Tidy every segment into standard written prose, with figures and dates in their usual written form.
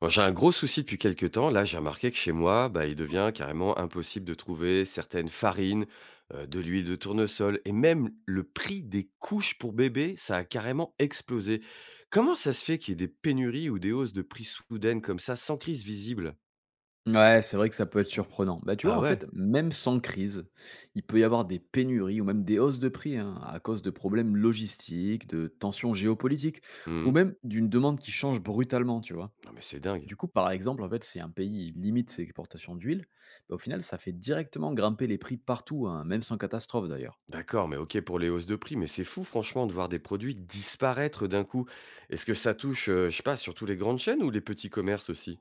Bon, j'ai un gros souci depuis quelques temps. Là, j'ai remarqué que chez moi, bah, il devient carrément impossible de trouver certaines farines, de l'huile de tournesol et même le prix des couches pour bébé, ça a carrément explosé. Comment ça se fait qu'il y ait des pénuries ou des hausses de prix soudaines comme ça, sans crise visible? Ouais, c'est vrai que ça peut être surprenant. Bah, tu vois, Bah en ouais. fait, même sans crise, il peut y avoir des pénuries ou même des hausses de prix hein, à cause de problèmes logistiques, de tensions géopolitiques ou Mhm. même d'une demande qui change brutalement, tu vois. Non mais c'est dingue. Du coup, par exemple, en fait, si un pays limite ses exportations d'huile, bah, au final, ça fait directement grimper les prix partout, hein, même sans catastrophe d'ailleurs. D'accord, mais ok pour les hausses de prix, mais c'est fou franchement de voir des produits disparaître d'un coup. Est-ce que ça touche, je sais pas, surtout les grandes chaînes ou les petits commerces aussi?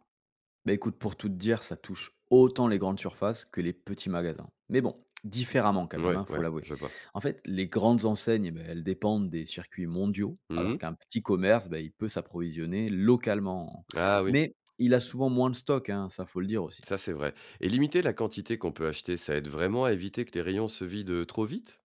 Bah écoute, pour tout te dire, ça touche autant les grandes surfaces que les petits magasins. Mais bon, différemment quand même, Ouais, hein, faut ouais, l'avouer. je vois. En fait, les grandes enseignes, eh ben, elles dépendent des circuits mondiaux, alors Mhm. qu'un petit commerce, bah, il peut s'approvisionner localement. Ah oui. Mais il a souvent moins de stock, hein, ça faut le dire aussi. Ça, c'est vrai. Et limiter la quantité qu'on peut acheter, ça aide vraiment à éviter que les rayons se vident, trop vite?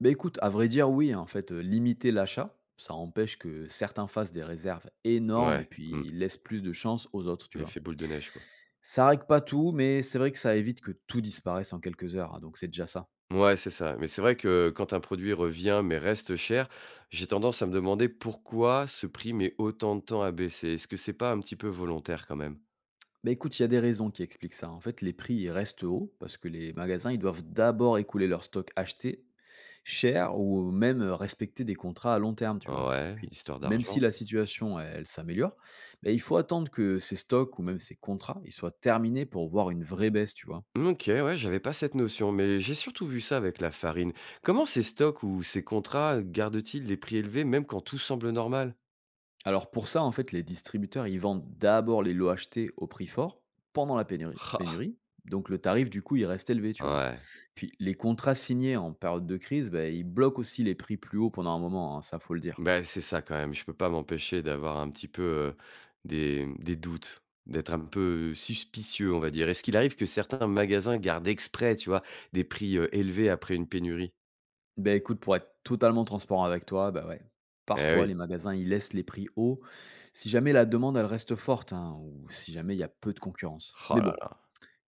Bah écoute, à vrai dire, oui, hein, en fait, limiter l'achat, ça empêche que certains fassent des réserves énormes et Ouais, puis mmh, ils laissent plus de chance aux autres, tu vois. l'effet boule de neige, quoi. Ça règle pas tout, mais c'est vrai que ça évite que tout disparaisse en quelques heures, hein, donc c'est déjà ça. Ouais c'est ça. Mais c'est vrai que quand un produit revient mais reste cher, j'ai tendance à me demander pourquoi ce prix met autant de temps à baisser? Est-ce que c'est pas un petit peu volontaire quand même? Bah, écoute, il y a des raisons qui expliquent ça. En fait, les prix ils restent hauts parce que les magasins ils doivent d'abord écouler leur stock acheté cher ou même respecter des contrats à long terme, tu vois. Ouais, Puis, histoire même si d'argent. la situation elle s'améliore, bah, il faut attendre que ces stocks ou même ces contrats ils soient terminés pour voir une vraie baisse, tu vois. OK, ouais, j'avais pas cette notion, mais j'ai surtout vu ça avec la farine. Comment ces stocks ou ces contrats gardent-ils les prix élevés même quand tout semble normal? Alors pour ça, en fait, les distributeurs, ils vendent d'abord les lots achetés au prix fort pendant la pénurie. Ah! pénurie. Donc le tarif, du coup, il reste élevé, tu vois. Ouais. Puis les contrats signés en période de crise, ben, ils bloquent aussi les prix plus hauts pendant un moment, hein, ça faut le dire. Bah, c'est ça quand même. Je peux pas m'empêcher d'avoir un petit peu, des des doutes, d'être un peu suspicieux, on va dire. Est-ce qu'il arrive que certains magasins gardent exprès, tu vois, des prix, élevés après une pénurie? Ben écoute, pour être totalement transparent avec toi, ben ouais, Eh parfois les oui. magasins, ils laissent les prix hauts si jamais la demande, elle reste forte, hein, ou si jamais il y a peu de concurrence. Mais Oh là bon, là.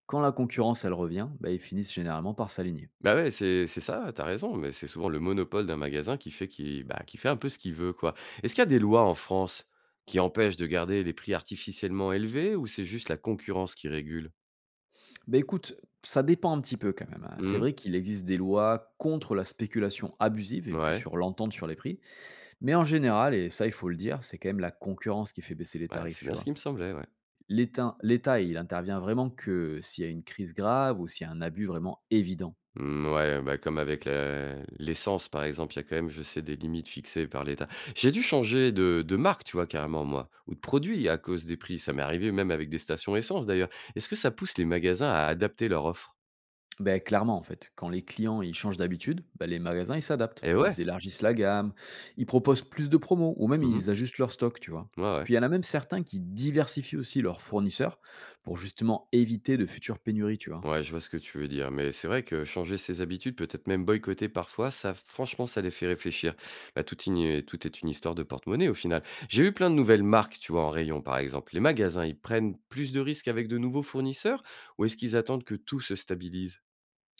quand la concurrence, elle revient, ben, ils finissent généralement par s'aligner. Bah, ouais, c'est ça, t'as raison, mais c'est souvent le monopole d'un magasin qui fait qui bah, qui fait un peu ce qu'il veut, quoi. Est-ce qu'il y a des lois en France qui empêchent de garder les prix artificiellement élevés ou c'est juste la concurrence qui régule? Beh, écoute, ça dépend un petit peu quand même, hein. C'est Mmh. vrai qu'il existe des lois contre la spéculation abusive et puis Ouais, sur l'entente sur les prix, mais en général, et ça il faut le dire, c'est quand même la concurrence qui fait baisser les ouais, tarifs, c'est tu bien ce vois? qui me semblait, ouais. L'État, il intervient vraiment que s'il y a une crise grave ou s'il y a un abus vraiment évident. Mmh, ouais, bah, comme avec la l'essence, par exemple, il y a quand même, je sais, des limites fixées par l'État. J'ai dû changer de marque, tu vois, carrément, moi, ou de produit à cause des prix. Ça m'est arrivé même avec des stations essence, d'ailleurs. Est-ce que ça pousse les magasins à adapter leur offre? Ben clairement, en fait, quand les clients ils changent d'habitude, ben les magasins ils s'adaptent. Eh ouais! Ils élargissent la gamme, ils proposent plus de promos ou même Mmh. ils ajustent leur stock, tu vois. Ouais, ouais. Puis il y en a même certains qui diversifient aussi leurs fournisseurs pour justement éviter de futures pénuries, tu vois. Ouais, je vois ce que tu veux dire, mais c'est vrai que changer ses habitudes, peut-être même boycotter parfois, ça, franchement, ça les fait réfléchir. Bah, tout, tout est une histoire de porte-monnaie au final. J'ai eu plein de nouvelles marques, tu vois, en rayon par exemple. Les magasins, ils prennent plus de risques avec de nouveaux fournisseurs ou est-ce qu'ils attendent que tout se stabilise?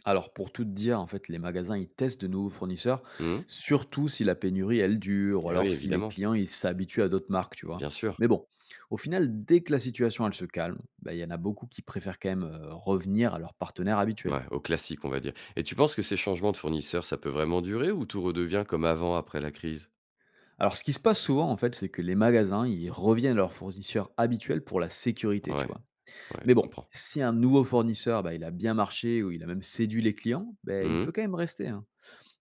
Alors pour tout te dire, en fait, les magasins ils testent de nouveaux fournisseurs, Hmm. surtout si la pénurie elle dure ou Eh oui, alors si les évidemment, clients ils s'habituent à d'autres marques, tu vois. bien sûr. Mais bon, au final, dès que la situation elle se calme, ben il y en a beaucoup qui préfèrent quand même revenir à leur partenaire habituel. Ouais, au classique, on va dire. Et tu penses que ces changements de fournisseurs, ça peut vraiment durer ou tout redevient comme avant après la crise? Alors, ce qui se passe souvent, en fait, c'est que les magasins, ils reviennent à leur fournisseur habituel pour la sécurité, tu Ouais, vois. ouais, Mais je bon, comprends. si un nouveau fournisseur, bah, il a bien marché ou il a même séduit les clients, bah, il Hmm? peut quand même rester, hein.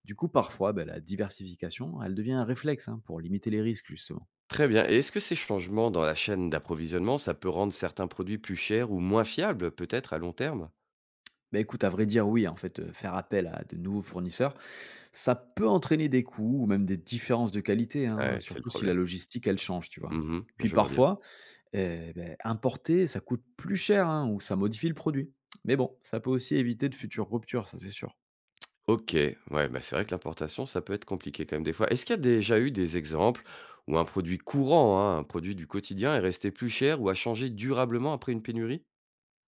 Du coup, parfois, bah, la diversification, elle devient un réflexe hein, pour limiter les risques, justement. Très bien. Et est-ce que ces changements dans la chaîne d'approvisionnement, ça peut rendre certains produits plus chers ou moins fiables, peut-être à long terme? Bah écoute, à vrai dire, oui, en fait, faire appel à de nouveaux fournisseurs, ça peut entraîner des coûts ou même des différences de qualité, hein, Ouais, c'est le surtout si la problème. logistique, elle change, tu vois. Mmh, Puis je vois bien. parfois, eh beh, importer, ça coûte plus cher, hein, ou ça modifie le produit. Mais bon, ça peut aussi éviter de futures ruptures, ça c'est sûr. OK, ouais, bah, c'est vrai que l'importation, ça peut être compliqué quand même des fois. Est-ce qu'il y a déjà eu des exemples où un produit courant, hein, un produit du quotidien est resté plus cher ou a changé durablement après une pénurie?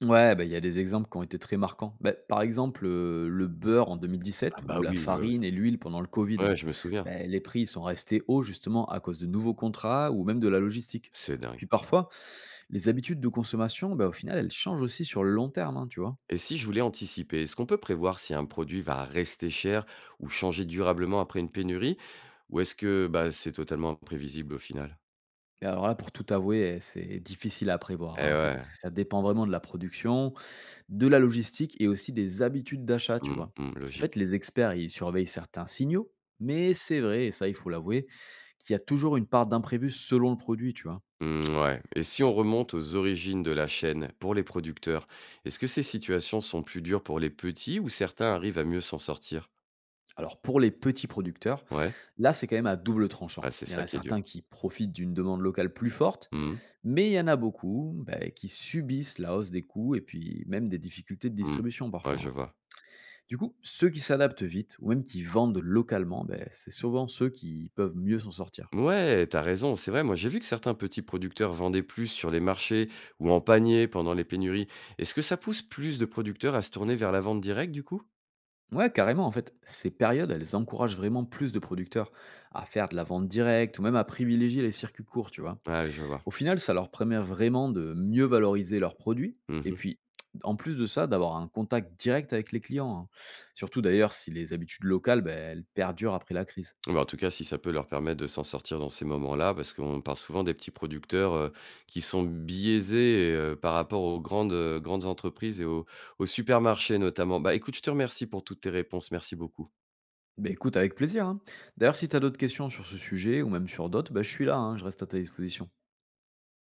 Ouais, bah, il y a des exemples qui ont été très marquants. Bah, par exemple, le beurre en 2017 Ah bah ou la oui, ouais, ouais. farine et l'huile pendant le Covid, Ouais, hein. je me souviens. Bah, les prix sont restés hauts justement à cause de nouveaux contrats ou même de la logistique. C'est dingue. Puis parfois, les habitudes de consommation, bah, au final, elles changent aussi sur le long terme, hein, tu vois. Et si je voulais anticiper, est-ce qu'on peut prévoir si un produit va rester cher ou changer durablement après une pénurie? Ou est-ce que bah, c'est totalement imprévisible au final? Et alors là, pour tout avouer, eh, c'est difficile à prévoir, hein, Eh en fait, ouais, parce que ça dépend vraiment de la production, de la logistique et aussi des habitudes d'achat, tu mmh, vois? mmh, En fait, logique. les experts, ils surveillent certains signaux, mais c'est vrai, et ça, il faut l'avouer, qu'il y a toujours une part d'imprévu selon le produit, tu vois? Mmh, ouais. Et si on remonte aux origines de la chaîne pour les producteurs, est-ce que ces situations sont plus dures pour les petits ou certains arrivent à mieux s'en sortir? Alors, pour les petits producteurs, Ouais. là, c'est quand même à double Ah tranchant. c'est Il y en ça a qui est dur. certains qui profitent d'une demande locale plus forte, Hmm. mais il y en a beaucoup bah, qui subissent la hausse des coûts et puis même des difficultés de Mmh. distribution Ouais, parfois, je hein. vois. Du coup, ceux qui s'adaptent vite ou même qui vendent localement, bah, c'est souvent ceux qui peuvent mieux s'en sortir. Ouais, t'as raison, c'est vrai. Moi, j'ai vu que certains petits producteurs vendaient plus sur les marchés ou en panier pendant les pénuries. Est-ce que ça pousse plus de producteurs à se tourner vers la vente directe, du coup? Ouais, carrément, en fait, ces périodes, elles encouragent vraiment plus de producteurs à faire de la vente directe ou même à privilégier les circuits courts, tu vois. Ah, je vois. Au final, ça leur permet vraiment de mieux valoriser leurs produits et Mhm. puis, en plus de ça, d'avoir un contact direct avec les clients, hein. Surtout d'ailleurs si les habitudes locales, ben, elles perdurent après la crise. Mais en tout cas, si ça peut leur permettre de s'en sortir dans ces moments-là, parce qu'on parle souvent des petits producteurs qui sont biaisés par rapport aux grandes, grandes entreprises et aux, aux supermarchés notamment. Bah écoute, je te remercie pour toutes tes réponses. Merci beaucoup. Ben écoute, avec plaisir, hein. D'ailleurs, si tu as d'autres questions sur ce sujet ou même sur d'autres, ben, je suis là, hein, je reste à ta disposition.